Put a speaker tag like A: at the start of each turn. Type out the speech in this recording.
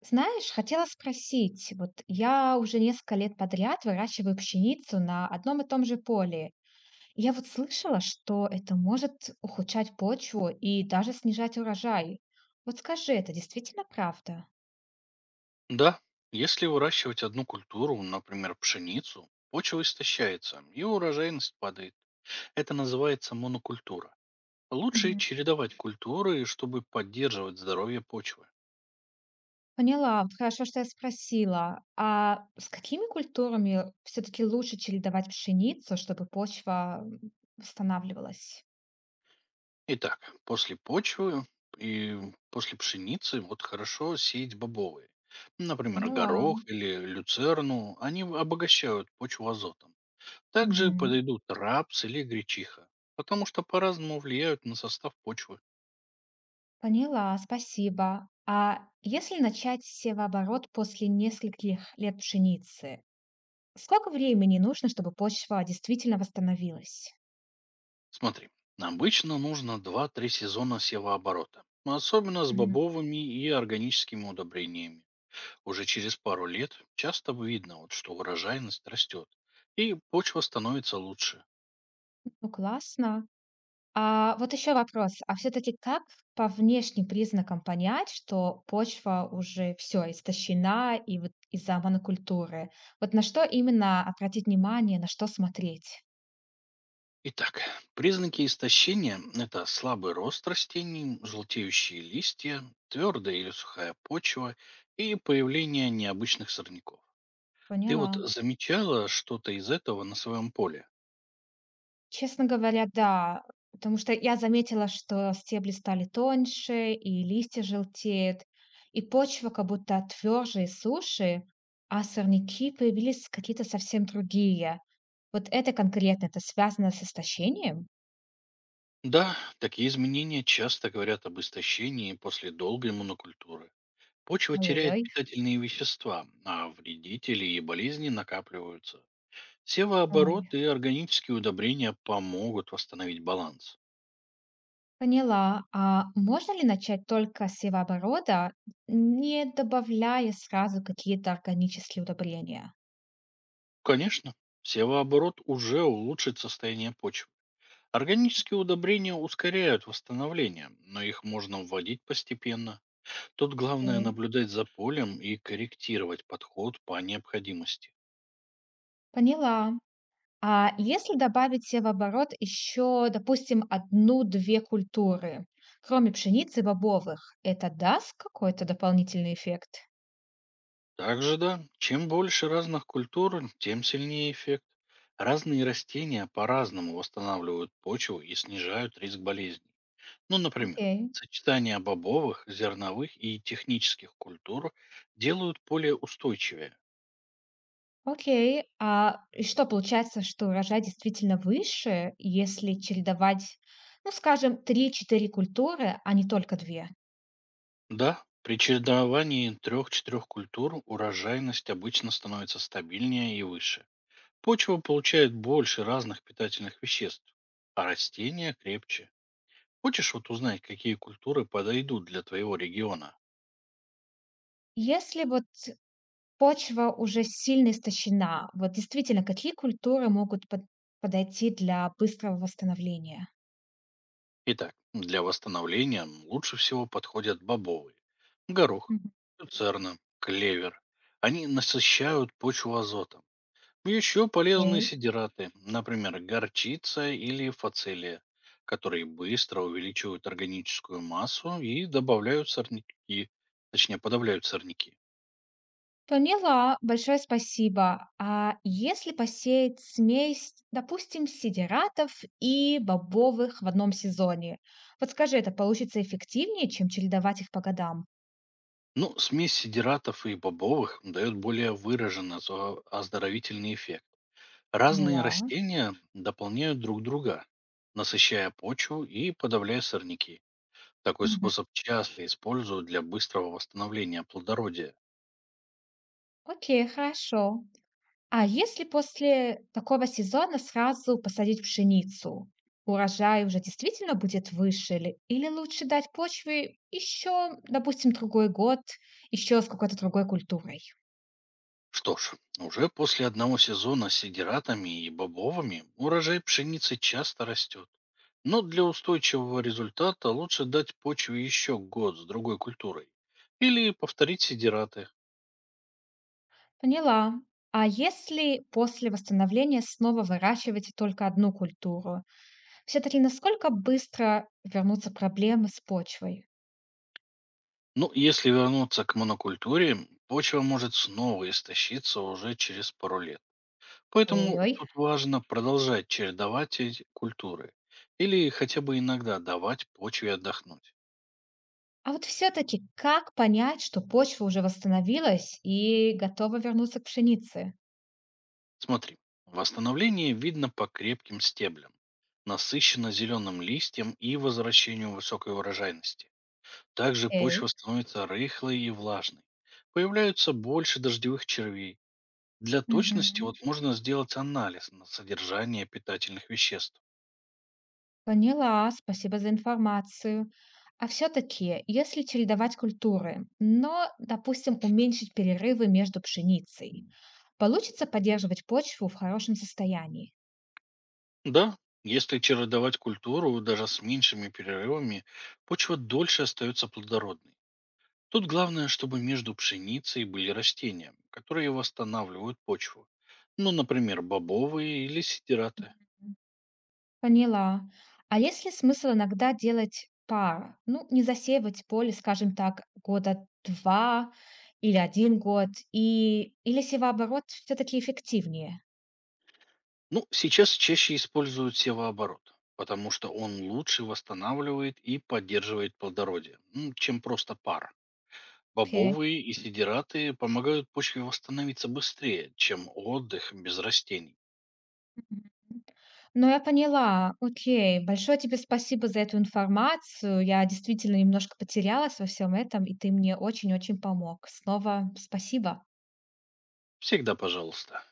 A: Знаешь, хотела спросить, вот я уже несколько лет подряд выращиваю пшеницу на одном и том же поле. Я вот слышала, что это может ухудшать почву и даже снижать урожай. Вот скажи, это действительно правда?
B: Да, если выращивать одну культуру, например, пшеницу, почва истощается и урожайность падает. Это называется монокультура. Лучше
A: Мгм.
B: чередовать культуры, чтобы поддерживать здоровье почвы.
A: Поняла, вот хорошо, что я спросила. А с какими культурами все-таки лучше чередовать пшеницу, чтобы почва восстанавливалась?
B: Итак, после почвы и после пшеницы вот хорошо сеять бобовые. Например,
A: Поняла.
B: горох или люцерну, они обогащают почву азотом. Также
A: Мгм.
B: подойдут рапс или гречиха, потому что по-разному влияют на состав почвы.
A: Поняла, спасибо. А если начать с севооборот после нескольких лет пшеницы, сколько времени нужно, чтобы почва действительно восстановилась?
B: Смотри, обычно нужно два-три сезона севооборота, но особенно с
A: Мгм.
B: бобовыми и органическими удобрениями. Уже через пару лет часто видно, вот, что урожайность растет, и почва становится лучше.
A: Ну, классно. А вот еще вопрос. А все-таки как по внешним признакам понять, что почва уже все истощена и вот из-за монокультуры? Вот на что именно обратить внимание, на что смотреть?
B: Итак, признаки истощения — это слабый рост растений, желтеющие листья, твердая или сухая почва и появление необычных сорняков. Ты вот
A: Поняла.
B: замечала что-то из этого на своем поле?
A: Честно говоря, да. Потому что я заметила, что стебли стали тоньше, и листья желтеют, и почва как будто тверже и суше, а сорняки появились какие-то совсем другие. Вот это конкретно, это связано с истощением?
B: Да, такие изменения часто говорят об истощении после долгой монокультуры. Почва теряет
A: Ой-ой-ой.
B: питательные вещества, а вредители и болезни накапливаются.
A: Ой.
B: Севооборот и органические удобрения помогут восстановить баланс.
A: Поняла. А можно ли начать только с севооборота, не добавляя сразу какие-то органические удобрения?
B: Конечно, севооборот уже улучшит состояние почвы. Органические удобрения ускоряют восстановление, но их можно вводить постепенно. Тут главное
A: Окей.
B: наблюдать за полем и корректировать подход по необходимости.
A: Поняла. А если добавить себе в оборот еще, допустим, одну-две культуры, кроме пшеницы и бобовых, это даст какой-то дополнительный эффект?
B: Также да, чем больше разных культур, тем сильнее эффект. Разные растения по-разному восстанавливают почву и снижают риск болезней. Ну, например,
A: Окей.
B: сочетание бобовых, зерновых и технических культур делают поле устойчивее.
A: Окей. А и что, получается, что урожай действительно выше, если чередовать, ну, скажем, три-четыре культуры, а не только 2?
B: Да, при чередовании трех-четырех культур урожайность обычно становится стабильнее и выше. Почва получает больше разных питательных веществ, а растения крепче. Хочешь вот узнать, какие культуры подойдут для твоего региона?
A: Если вот почва уже сильно истощена, вот действительно, какие культуры могут подойти для быстрого восстановления?
B: Итак, для восстановления лучше всего подходят бобовые, горох,
A: Мгм.
B: люцерна, клевер. Они насыщают почву азотом. Еще полезные
A: Окей.
B: сидираты, например, горчица или фацелия, которые быстро увеличивают органическую массу и добавляют сорняки, точнее подавляют сорняки.
A: Поняла, большое спасибо. А если посеять смесь, допустим, сидератов и бобовых в одном сезоне? Вот скажи, это получится эффективнее, чем чередовать их по годам?
B: Ну, смесь сидиратов и бобовых дает более выраженный оздоровительный эффект. Разные
A: Поняла.
B: растения дополняют друг друга, насыщая почву и подавляя сорняки. Такой
A: Мгм.
B: способ часто используют для быстрого восстановления плодородия.
A: Окей, хорошо. А если после такого сезона сразу посадить пшеницу? Урожай уже действительно будет выше или, лучше дать почве еще, допустим, другой год, еще с какой-то другой культурой?
B: Что ж, уже после одного сезона с сидиратами и бобовыми урожай пшеницы часто растет. Но для устойчивого результата лучше дать почве еще год с другой культурой. Или повторить сидираты.
A: Поняла. А если после восстановления снова выращивать только одну культуру, все-таки насколько быстро вернутся проблемы с почвой?
B: Ну, если вернуться к монокультуре, почва может снова истощиться уже через пару лет. Поэтому
A: Ой-ой-ой.
B: тут важно продолжать чередовать эти культуры или хотя бы иногда давать почве отдохнуть.
A: А вот все-таки как понять, что почва уже восстановилась и готова вернуться к пшенице?
B: Смотри, восстановление видно по крепким стеблям, насыщенно зеленым листьям и возвращению высокой урожайности. Также
A: Окей.
B: почва становится рыхлой и влажной. Появляются больше дождевых червей. Для точности вот
A: Мгм.
B: можно сделать анализ на содержание питательных веществ.
A: Поняла, спасибо за информацию. А все-таки, если чередовать культуры, но, допустим, уменьшить перерывы между пшеницей, получится поддерживать почву в хорошем состоянии?
B: Да, если чередовать культуру даже с меньшими перерывами, почва дольше остается плодородной. Тут главное, чтобы между пшеницей были растения, которые восстанавливают почву. Ну, например, бобовые или сидираты.
A: Поняла. А если смысл иногда делать пар? Ну, не засеивать поле, скажем так, года два или один год, или севооборот все-таки эффективнее?
B: Ну, сейчас чаще используют севооборот, потому что он лучше восстанавливает и поддерживает плодородие, чем просто пар.
A: Окей.
B: Бобовые и сидираты помогают почве восстановиться быстрее, чем отдых без растений.
A: Мгм. Ну, я поняла. Окей. Большое тебе спасибо за эту информацию. Я действительно немножко потерялась во всем этом, и ты мне очень-очень помог. Снова спасибо.
B: Всегда пожалуйста.